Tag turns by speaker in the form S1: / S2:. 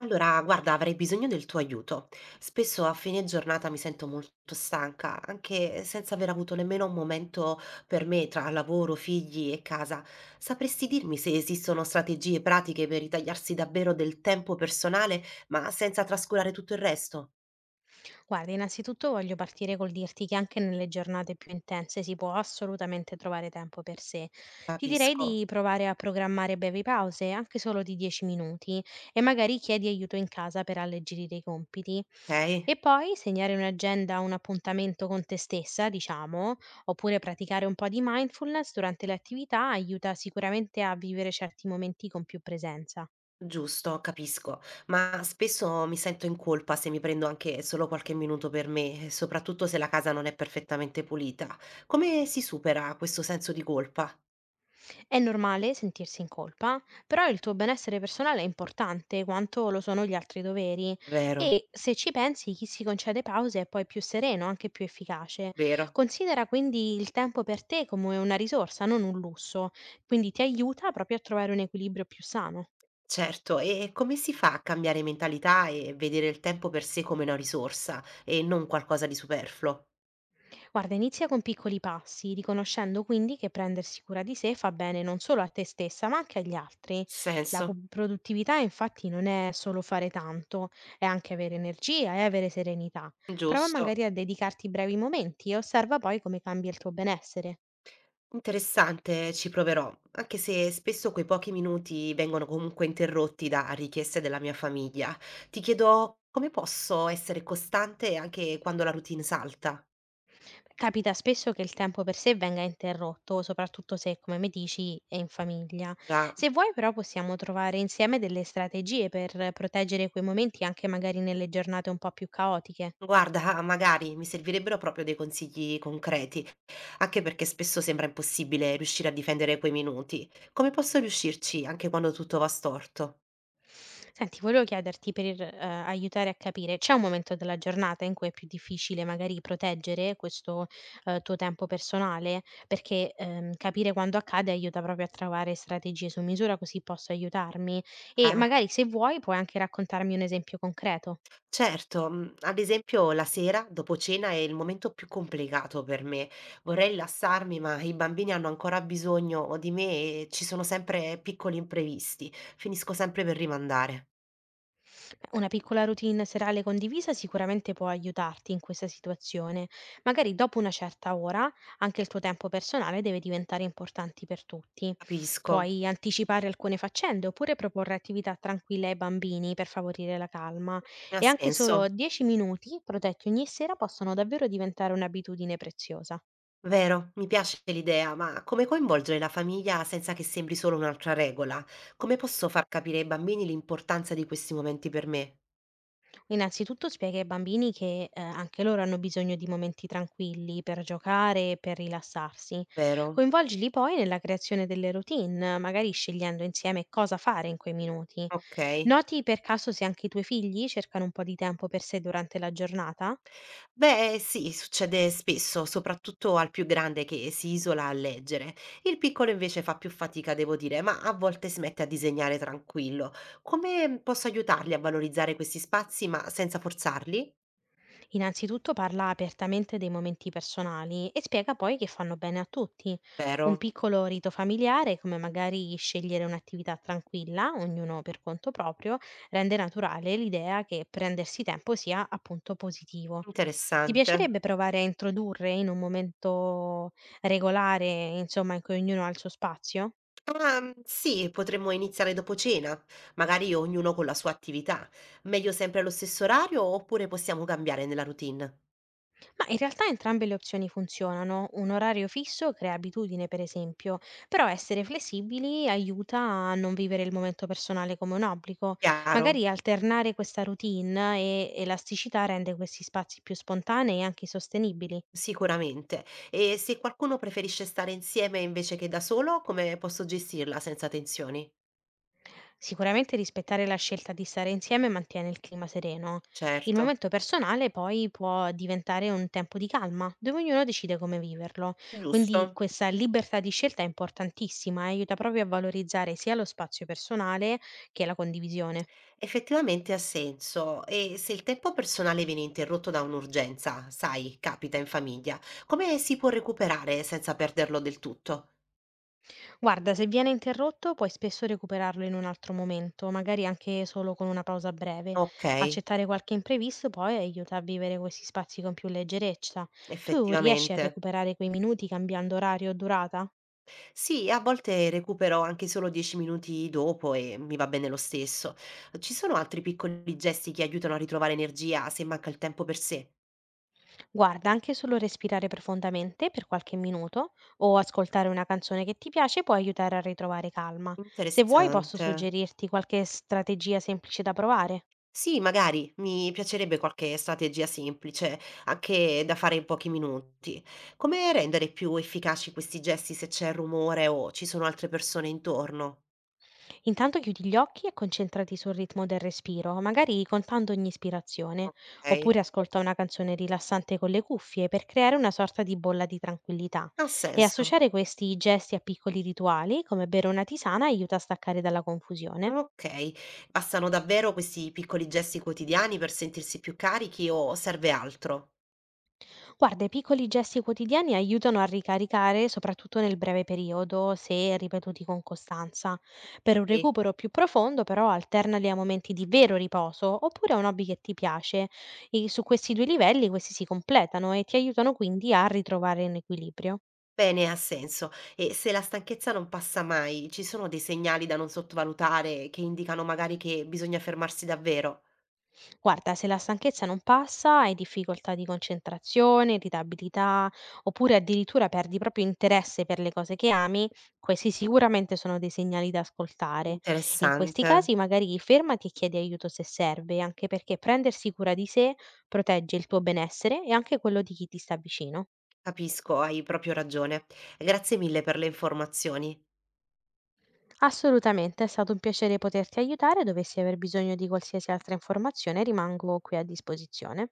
S1: Allora, guarda, avrei bisogno del tuo aiuto. Spesso a fine giornata mi sento molto stanca, anche senza aver avuto nemmeno un momento per me tra lavoro, figli e casa. Sapresti dirmi se esistono strategie pratiche per ritagliarsi davvero del tempo personale, ma senza trascurare tutto il resto?
S2: Guarda, innanzitutto voglio partire col dirti che anche nelle giornate più intense si può assolutamente trovare tempo per sé. Ti direi
S1: Capisco,
S2: di provare a programmare brevi pause, anche solo di 10 minuti, e magari chiedi aiuto in casa per alleggerire i compiti.
S1: ok?
S2: E poi segnare in agenda un appuntamento con te stessa, diciamo, oppure praticare un po' di mindfulness durante le attività aiuta sicuramente a vivere certi momenti con più presenza.
S1: Giusto, capisco, ma spesso mi sento in colpa se mi prendo anche solo qualche minuto per me, e soprattutto se la casa non è perfettamente pulita. Come si supera questo senso di colpa?
S2: È normale sentirsi in colpa, però il tuo benessere personale è importante quanto lo sono gli altri doveri,
S1: Vero,
S2: e se ci pensi chi si concede pause è poi più sereno, anche più efficace.
S1: vero,
S2: Considera quindi il tempo per te come una risorsa, non un lusso, quindi ti aiuta proprio a trovare un equilibrio più sano.
S1: certo. E come si fa a cambiare mentalità e vedere il tempo per sé come una risorsa e non qualcosa di superfluo?
S2: Guarda, inizia con piccoli passi, riconoscendo quindi che prendersi cura di sé fa bene non solo a te stessa, ma anche agli altri. La
S1: Senso,
S2: pu- produttività, infatti, non è solo fare tanto, è anche avere energia e avere serenità. Prova
S1: giusto.
S2: magari a dedicarti brevi momenti e osserva poi come cambia il tuo benessere.
S1: Interessante, ci proverò, anche se spesso quei pochi minuti vengono comunque interrotti da richieste della mia famiglia. Ti chiedo come posso essere costante anche quando la routine salta?
S2: Capita spesso che il tempo per sé venga interrotto, soprattutto se, come mi dici, è in famiglia.
S1: Ah,
S2: Se vuoi, però, possiamo trovare insieme delle strategie per proteggere quei momenti anche magari nelle giornate un po' più caotiche.
S1: guarda, magari mi servirebbero proprio dei consigli concreti, anche perché spesso sembra impossibile riuscire a difendere quei minuti. Come posso riuscirci anche quando tutto va storto?
S2: Senti, volevo chiederti per, aiutare a capire, c'è un momento della giornata in cui è più difficile magari proteggere questo, tuo tempo personale? Perché, capire quando accade aiuta proprio a trovare strategie su misura, così posso aiutarmi, e
S1: Eh.
S2: magari se vuoi puoi anche raccontarmi un esempio concreto.
S1: Certo, mhmm, ad esempio la sera dopo cena è il momento più complicato per me. Vorrei rilassarmi, ma i bambini hanno ancora bisogno o di me e ci sono sempre piccoli imprevisti. Finisco sempre per rimandare.
S2: Una piccola routine serale condivisa sicuramente può aiutarti in questa situazione. Magari dopo una certa ora anche il tuo tempo personale deve diventare importante per tutti.
S1: Capisco,
S2: Puoi anticipare alcune faccende oppure proporre attività tranquille ai bambini per favorire la calma,
S1: non ha
S2: e anche
S1: senso.
S2: solo 10 minuti protetti ogni sera possono davvero diventare un'abitudine preziosa.
S1: Vero, mi piace l'idea, ma come coinvolgere la famiglia senza che sembri solo un'altra regola? Come posso far capire ai bambini l'importanza di questi momenti per me?
S2: Innanzitutto spiega ai bambini che anche loro hanno bisogno di momenti tranquilli per giocare e per rilassarsi.
S1: Vero,
S2: Coinvolgili poi nella creazione delle routine, magari scegliendo insieme cosa fare in quei minuti.
S1: okay.
S2: Noti per caso se anche i tuoi figli cercano un po' di tempo per sé durante la giornata?
S1: Beh, sì, succede spesso, soprattutto al più grande che si isola a leggere. Il piccolo invece fa più fatica, devo dire, ma a volte si mette a disegnare tranquillo. Come posso aiutarli a valorizzare questi spazi, ma senza forzarli?
S2: Innanzitutto parla apertamente dei momenti personali e spiega poi che fanno bene a tutti. Un
S1: Vero,
S2: piccolo rito familiare, come magari scegliere un'attività tranquilla, ognuno per conto proprio, rende naturale l'idea che prendersi tempo sia appunto positivo. Ti
S1: interessante.
S2: piacerebbe provare a introdurre in un momento regolare, insomma, in cui ognuno ha il suo spazio?
S1: Ah, mm, sì, potremmo iniziare dopo cena, magari ognuno con la sua attività. Meglio sempre allo stesso orario oppure possiamo cambiare nella routine?
S2: Ma in realtà entrambe le opzioni funzionano. Un orario fisso crea abitudine, per esempio, però essere flessibili aiuta a non vivere il momento personale come un obbligo.
S1: Chiaro.
S2: Magari alternare questa routine e elasticità rende questi spazi più spontanei e anche sostenibili.
S1: Sicuramente. E se qualcuno preferisce stare insieme invece che da solo, come posso gestirla senza tensioni?
S2: Sicuramente rispettare la scelta di stare insieme mantiene il clima sereno. Il
S1: Certo,
S2: momento personale poi può diventare un tempo di calma, dove ognuno decide come viverlo. Quindi
S1: giusto.
S2: questa libertà di scelta è importantissima e aiuta proprio a valorizzare sia lo spazio personale che la condivisione.
S1: Effettivamente ha senso. E se il tempo personale viene interrotto da un'urgenza, sai, capita in famiglia, come si può recuperare senza perderlo del tutto?
S2: Guarda, se viene interrotto puoi spesso recuperarlo in un altro momento, magari anche solo con una pausa breve.
S1: Ok,
S2: Accettare qualche imprevisto poi aiuta a vivere questi spazi con più leggerezza. Tu riesci a
S1: effettivamente.
S2: recuperare quei minuti cambiando orario o durata?
S1: Sì, a volte recupero anche solo 10 minuti dopo e mi va bene lo stesso. Ci sono altri piccoli gesti che aiutano a ritrovare energia se manca il tempo per sé?
S2: Guarda, anche solo respirare profondamente per qualche minuto o ascoltare una canzone che ti piace può aiutare a ritrovare calma. Se vuoi posso
S1: Interessante.
S2: suggerirti qualche strategia semplice da provare.
S1: Sì, magari mi piacerebbe qualche strategia semplice, anche da fare in pochi minuti. Come rendere più efficaci questi gesti se c'è rumore o ci sono altre persone intorno?
S2: Intanto chiudi gli occhi e concentrati sul ritmo del respiro, magari contando ogni ispirazione,
S1: Okay,
S2: oppure ascolta una canzone rilassante con le cuffie per creare una sorta di bolla di tranquillità,
S1: ha
S2: e
S1: senso.
S2: associare questi gesti a piccoli rituali, come bere una tisana, aiuta a staccare dalla confusione.
S1: Okay, bastano davvero questi piccoli gesti quotidiani per sentirsi più carichi o serve altro?
S2: Guarda, i piccoli gesti quotidiani aiutano a ricaricare, soprattutto nel breve periodo, se ripetuti con costanza. Per un
S1: E
S2: recupero più profondo, però, alternali a momenti di vero riposo oppure a un hobby che ti piace. E su questi due livelli, questi si completano e ti aiutano quindi a ritrovare un equilibrio.
S1: bene, ha senso. E se la stanchezza non passa mai, ci sono dei segnali da non sottovalutare che indicano magari che bisogna fermarsi davvero?
S2: Guarda, se la stanchezza non passa, hai difficoltà di concentrazione, irritabilità, oppure addirittura perdi proprio interesse per le cose che ami, questi sicuramente sono dei segnali da ascoltare. In questi
S1: Interessante,
S2: casi magari fermati e chiedi aiuto se serve, anche perché prendersi cura di sé protegge il tuo benessere e anche quello di chi ti sta vicino.
S1: capisco, hai proprio ragione. Grazie mille per le informazioni.
S2: Assolutamente, è stato un piacere poterti aiutare; dovessi aver bisogno di qualsiasi altra informazione rimango qui a disposizione.